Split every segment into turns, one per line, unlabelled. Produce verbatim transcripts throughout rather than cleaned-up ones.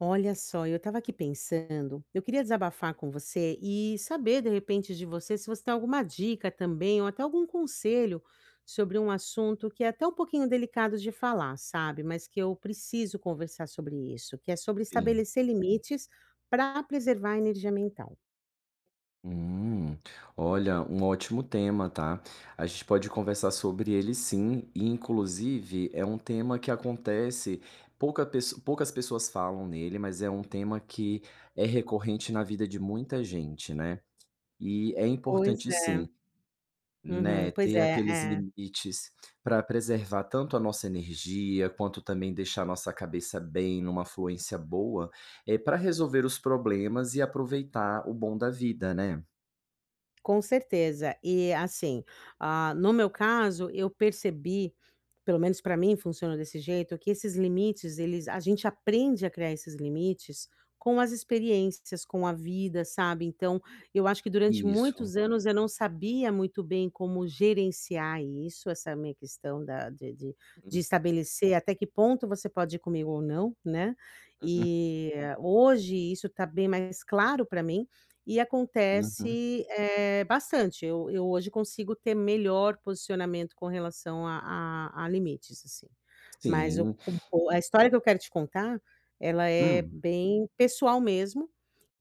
Olha só, eu estava aqui pensando, eu queria desabafar com você e saber, de repente, de você se você tem alguma dica também ou até algum conselho sobre um assunto que é até um pouquinho delicado de falar, sabe? Mas que eu preciso conversar sobre isso, que é sobre
Sim.
estabelecer limites para preservar a energia mental.
Hum, Olha, um ótimo tema, tá? A gente pode conversar sobre ele sim, e inclusive é um tema que acontece, pouca pesso- poucas pessoas falam nele, mas é um tema que é recorrente na vida de muita gente, né? E é
Pois
importante sim,
é. Uhum,
né,
pois
ter
é,
aqueles
é.
limites para preservar tanto a nossa energia, quanto também deixar nossa cabeça bem, numa fluência boa, é para resolver os problemas e aproveitar o bom da vida, né?
Com certeza. E assim, ah, no meu caso, eu percebi, pelo menos para mim funciona desse jeito, que esses limites, eles a gente aprende a criar esses limites com as experiências, com a vida, sabe? Então, eu acho que durante
Isso.
muitos anos eu não sabia muito bem como gerenciar isso, essa minha questão da, de, de, de estabelecer até que ponto você pode ir comigo ou não, né?
Uhum,
E eh, hoje isso está bem mais claro para mim e
uhum.
acontece, eh, bastante. Eu eu hoje consigo ter melhor posicionamento com relação a a a limites, assim. Mas o
Sim.
o a história que eu quero te contar, ela é
Hum,
bem pessoal mesmo,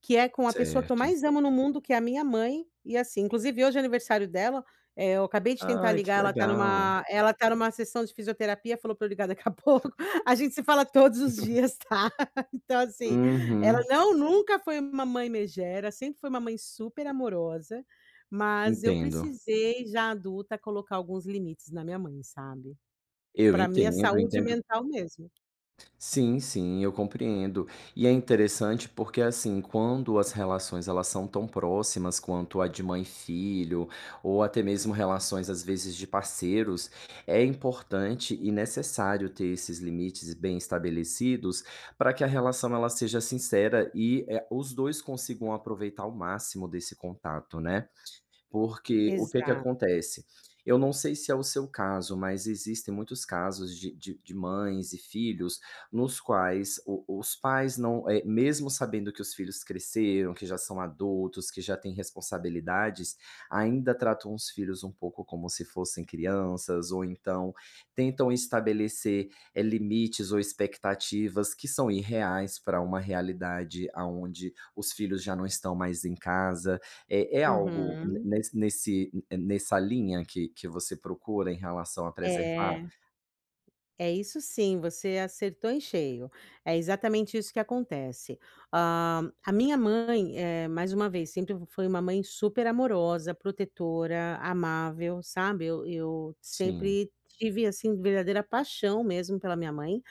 que é com a pessoa que eu
certo.
mais amo no mundo, que é a minha mãe, e assim, inclusive hoje é aniversário dela, eh, eu acabei de tentar
Ai, que
ligar, ela tá
legal.
numa ela tá numa sessão de fisioterapia, falou pra eu ligar daqui a pouco. A gente se fala todos os dias, tá. Então assim, ela
Uhum,
não nunca foi uma mãe megera, sempre foi uma mãe super amorosa, mas eu
entendo.
precisei, já adulta, colocar alguns limites na minha mãe, sabe.
Eu
Pra minha
entendo,
saúde
entendo.
mental mesmo.
Sim, sim, eu compreendo. E é interessante porque, assim, quando as relações elas são tão próximas quanto a de mãe e filho, ou até mesmo relações, às vezes, de parceiros, é importante e necessário ter esses limites bem estabelecidos para que a relação ela seja sincera e eh, os dois consigam aproveitar o máximo desse contato, né? Porque o que que
Exato.
acontece? Eu não sei se é o seu caso, mas existem muitos casos de de de mães e filhos nos quais o os pais não, eh, mesmo sabendo que os filhos cresceram, que já são adultos, que já têm responsabilidades, ainda tratam os filhos um pouco como se fossem crianças, ou então tentam estabelecer, eh, limites ou expectativas que são irreais para uma realidade aonde os filhos já não estão mais em casa. É é algo
Uhum.
nesse nesse nessa linha que que você procura em relação a preservar?
É. É isso sim, você acertou em cheio. É exatamente isso que acontece. Ah, a minha mãe, eh, mais uma vez, sempre foi uma mãe super amorosa, protetora, amável, sabe? Eu, eu
Sim,
sempre tive, assim, verdadeira paixão mesmo pela minha mãe.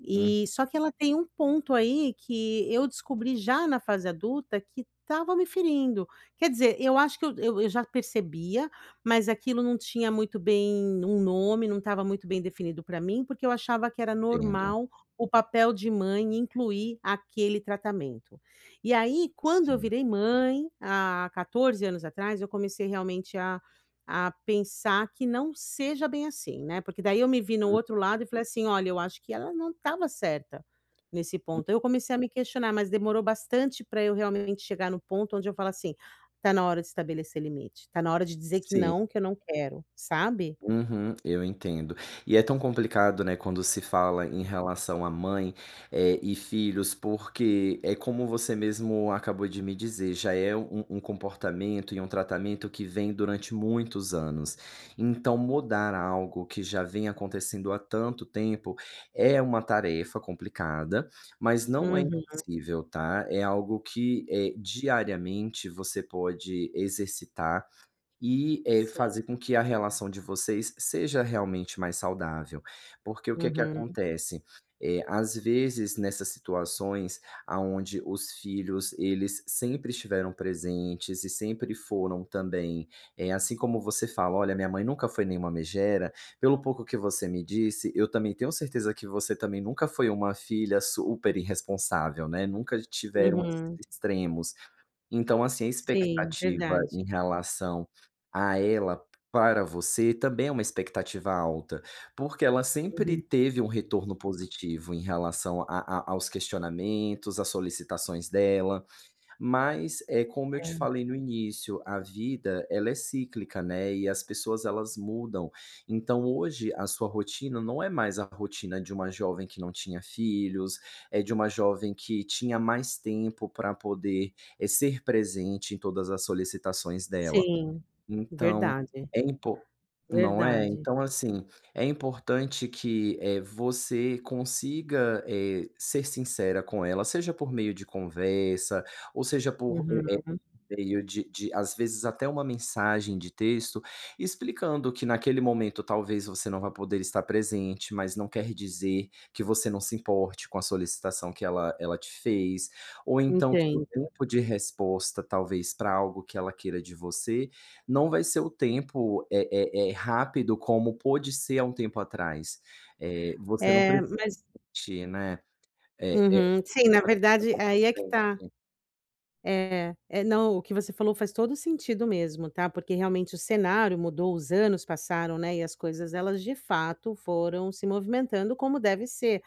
E só que ela tem um ponto aí que eu descobri já na fase adulta que estava me ferindo. Quer dizer, eu acho que eu eu eu já percebia, mas aquilo não tinha muito bem um nome, não estava muito bem definido para mim, porque eu achava que era
entendo.
normal o papel de mãe incluir aquele tratamento. E aí, quando eu
Sim,
virei mãe, há quatorze anos atrás, eu comecei realmente a a pensar que não seja bem assim, né, porque daí eu me vi no
hum,
outro lado e falei assim: "Olha, eu acho que ela não estava certa nesse ponto". Eu comecei a me questionar, mas demorou bastante para eu realmente chegar no ponto onde eu falo assim: "Tá na hora de estabelecer limite, tá na hora de dizer que
sim.
não, que eu não quero", sabe?
Uhum, eu entendo. E é tão complicado, né, quando se fala em relação a mãe, eh, e filhos, porque é como você mesmo acabou de me dizer, já é um, um comportamento e um tratamento que vem durante muitos anos. Então, mudar algo que já vem acontecendo há tanto tempo é uma tarefa complicada, mas não é
Uhum,
impossível, tá? É algo que eh, diariamente você pode exercitar e, eh,
sim,
fazer com que a relação de vocês seja realmente mais saudável. Porque o que é que
uhum,
acontece? Eh, às vezes, nessas situações aonde os filhos, eles sempre estiveram presentes e sempre foram também, eh, assim como você fala: "Olha, minha mãe nunca foi nenhuma megera", pelo pouco que você me disse, eu também tenho certeza que você também nunca foi uma filha super irresponsável, né, nunca tiveram esses
uhum.
extremos. Então, assim, a
Sim,
expectativa
verdade.
em relação a ela para você também é uma expectativa alta, porque ela sempre
Uhum,
teve um retorno positivo em relação a a aos questionamentos, às solicitações dela. Mas, eh, como eu te
é.
falei no início, a vida ela é cíclica, né, e as pessoas elas mudam. Então hoje a sua rotina não é mais a rotina de uma jovem que não tinha filhos, é de uma jovem que tinha mais tempo para poder, eh, ser presente em todas as solicitações dela.
Sim,
Então,
verdade,
é impo não é?
verdade.
Então, assim, é importante que, eh, você consiga, eh, ser sincera com ela, seja por meio de conversa, ou seja por
Uhum,
eh, Meio de de às vezes até uma mensagem de texto, explicando que naquele momento talvez você não vá poder estar presente, mas não quer dizer que você não se importe com a solicitação que ela ela te fez, ou então que o
entendo.
tempo de resposta, talvez para algo que ela queira de você, não vai ser o tempo, é é eh, rápido como pôde ser há um tempo atrás. Eh, você não
É,
precisa
mas
sentir, né. É é,
uhum, sim, na
pode ficar
verdade
como
aí é que
presente.
tá. É, é, não, o que você falou faz todo sentido mesmo, tá? Porque realmente o cenário mudou, os anos passaram, né? E as coisas, elas de fato foram se movimentando como deve ser.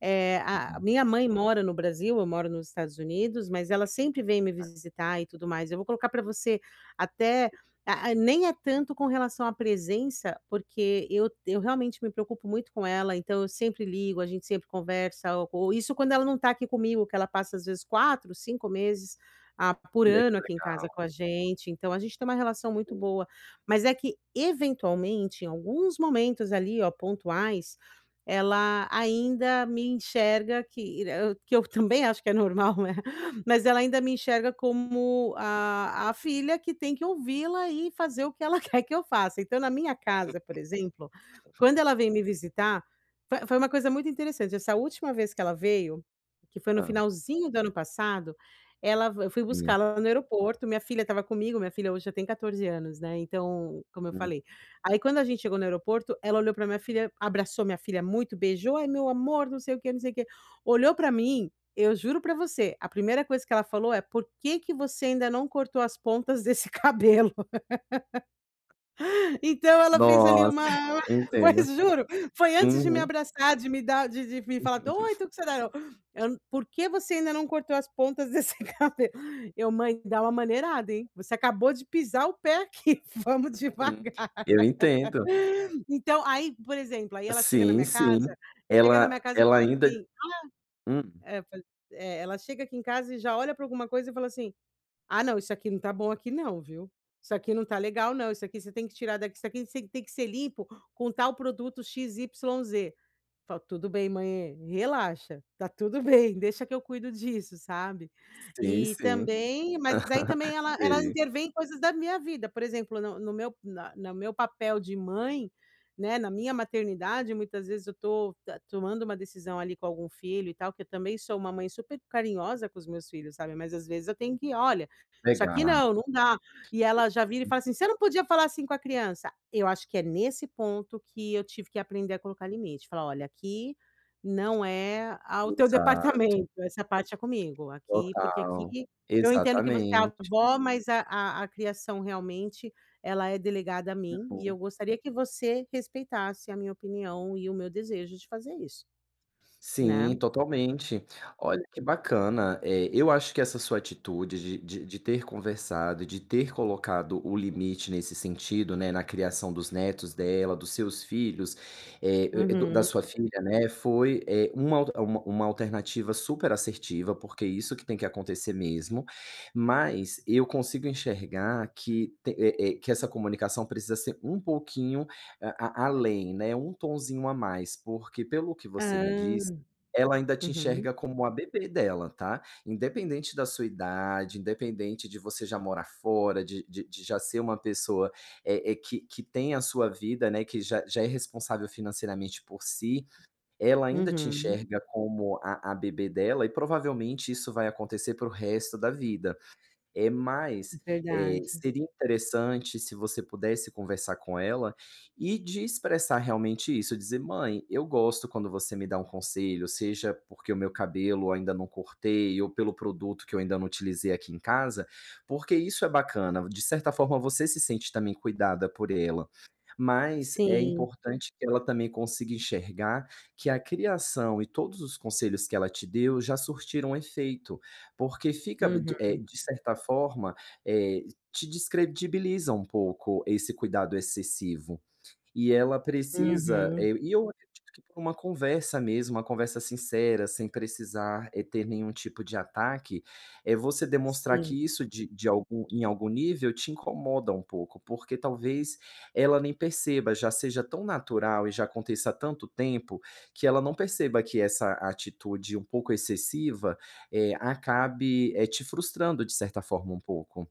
Eh, a a
Uhum.
minha mãe mora no Brasil, eu moro nos Estados Unidos, mas ela sempre vem me visitar e tudo mais. Eu vou colocar para você até a a nem é tanto com relação à presença, porque eu eu realmente me preocupo muito com ela, então eu sempre ligo, a gente sempre conversa, ou ou isso quando ela não está aqui comigo, que ela passa às vezes quatro, cinco meses, ah, por
Olha que
ano aqui em casa com a gente, então a gente tem uma relação muito
legal.
boa. Mas é que eventualmente, em alguns momentos ali, ó, pontuais, ela ainda me enxerga que eu que eu também acho que é normal, né, mas ela ainda me enxerga como a a filha que tem que ouvi-la e fazer o que ela quer que eu faça. Então na minha casa, por exemplo, quando ela vem me visitar, foi foi uma coisa muito interessante, essa última vez que ela veio, que foi no
Hã,
finalzinho do ano passado, ela eu fui
sim.
buscá-la no aeroporto, minha filha estava comigo, minha filha hoje já tem quatorze anos, né, então, como eu
Hum.
falei. Aí quando a gente chegou no aeroporto, ela olhou pra minha filha, abraçou minha filha muito, beijou: "Ai, meu amor, não sei o quê, não sei o quê". Olhou pra mim, eu juro pra você, a primeira coisa que ela falou é: "Por que que você ainda não cortou as pontas desse cabelo?". Então ela fez ali
Nossa,
uma
entendo.
pois juro, foi antes de me
Uhum.
abraçar, de me dar de de me falar: "Oi, tudo que você dá". Eu: "Por que você ainda não cortou as pontas desse cabelo?". Eu: "Mãe, dá uma maneirada, hein, você acabou de pisar o pé aqui, vamos
Uhum.
devagar".
Eu entendo.
Então, aí, por exemplo, aí ela chega na
Sim,
minha casa
sim.
chega na minha
Ela
casa e
ela
fala
ainda
assim
Hum,
é, pois é, ela chega aqui em casa e já olha para alguma coisa e fala assim: "Ah não, isso aqui não tá bom aqui não, viu? Isso aqui não tá legal não, isso aqui você tem que tirar daqui, isso aqui tem tem que ser limpo com tal produto x y z". Falo: "Tudo bem mãe, relaxa, tá tudo bem, deixa que eu cuido disso", sabe.
sim,
E
sim,
também mas aí também ela ela
sei.
intervém em coisas da minha vida, por exemplo, no no meu na no meu papel de mãe, né, na minha maternidade, muitas vezes eu tô ta tomando uma decisão ali com algum filho e tal, que eu também sou uma mãe super carinhosa com os meus filhos, sabe, mas às vezes eu tenho que: "Olha, isso
Legal,
aqui não, não dá". E ela já vira e fala assim: "Você não podia falar assim com a criança". Eu acho que é nesse ponto que eu tive que aprender a colocar limite, falar: "Olha, aqui não é a o teu
exato,
departamento, essa parte é comigo. Aqui porque
total.
aqui eu entendo que você é
Exatamente.
avó, mas a a a criação realmente ela é delegada a mim e
Uhum.
eu gostaria que você respeitasse a minha opinião e o meu desejo de fazer isso", né.
Sim, totalmente. Olha que bacana. É, eu acho que essa sua atitude de de de ter conversado, de ter colocado o limite nesse sentido, né, na criação dos netos dela, dos seus filhos, é e do da
Uhum.
sua filha, né, foi, é uma al uma uma alternativa super assertiva, porque é isso que tem que acontecer mesmo. Mas eu consigo enxergar que te eh eh, que essa comunicação precisa ser um pouquinho a a além, né, um tonzinho a mais, porque pelo que
Hã.
você me disse ela ainda te
Uhum.
enxerga como a bebê dela, tá. Independente da sua idade, independente de você já morar fora, de de de já ser uma pessoa, eh eh, que que tem a sua vida, né, que já já é responsável financeiramente por si, ela ainda te
Uhum.
enxerga como a a bebê dela e provavelmente isso vai acontecer para o resto da vida. É, mas, eh,
Verdade.
seria interessante se você pudesse conversar com ela e de expressar realmente isso, dizer: "Mãe, eu gosto quando você me dá um conselho, seja porque o meu cabelo ainda não cortei ou pelo produto que eu ainda não utilizei aqui em casa, porque isso é bacana". De certa forma, você se sente também cuidada por ela, mas é
Sim.
importante que ela também consiga enxergar que a criação e todos os conselhos que ela te deu já surtiram efeito. Porque fica, de
Uhum.
eh, de certa forma, eh, te descredibiliza um pouco esse cuidado excessivo. E ela precisa, eh,
Uhum.
e eu acredito que por uma conversa mesmo, uma conversa sincera, sem precisar, eh, ter nenhum tipo de ataque, é você demonstrar
Sim.
que isso de de algum em algum nível te incomoda um pouco, porque talvez ela nem perceba, já seja tão natural e já aconteça há tanto tempo, que ela não perceba que essa atitude um pouco excessiva, eh, acabe, eh, te frustrando de certa forma um pouco.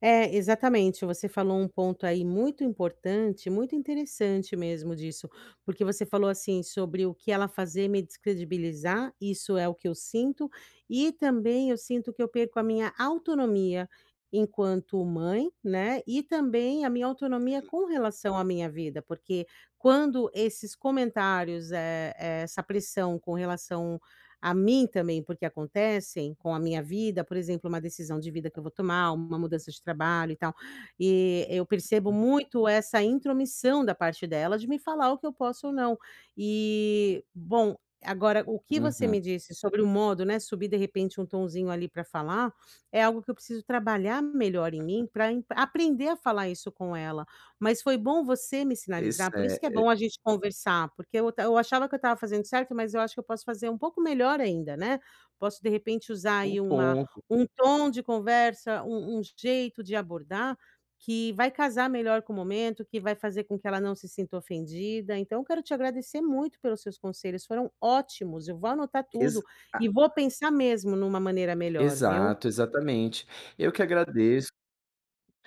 É, exatamente, você falou um ponto aí muito importante, muito interessante mesmo disso, porque você falou assim sobre o que ela fazer me descredibilizar, isso é o que eu sinto, e também eu sinto que eu perco a minha autonomia enquanto mãe, né, e também a minha autonomia com relação à minha vida, porque quando esses comentários, eh eh, essa pressão com relação a mim também, porque acontecem com a minha vida, por exemplo, uma decisão de vida que eu vou tomar, uma mudança de trabalho e tal, e eu percebo muito essa intromissão da parte dela de me falar o que eu posso ou não. E, bom, agora o que você me
Uhum.
disse sobre o modo, né, subir de repente um tonzinho ali para falar, é algo que eu preciso trabalhar melhor em mim para aprender a falar isso com ela. Mas foi bom você me
Esse
sinalizar, por isso que é
é
bom a gente conversar, porque eu ta eu achava que eu estava fazendo certo, mas eu acho que eu posso fazer um pouco melhor ainda, né. Posso de repente usar
um
aí uma
pouco,
um tom de conversa, um um jeito de abordar, que vai casar melhor com o momento, que vai fazer com que ela não se sinta ofendida. Então eu quero te agradecer muito pelos seus conselhos, foram ótimos, eu vou anotar
exa
tudo e vou pensar mesmo numa maneira melhor, viu.
Exato, exatamente. Eu que agradeço,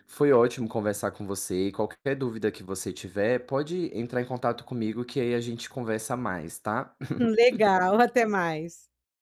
foi ótimo conversar com você e qualquer dúvida que você tiver, pode entrar em contato comigo que aí a gente conversa mais, tá?
Legal, até mais.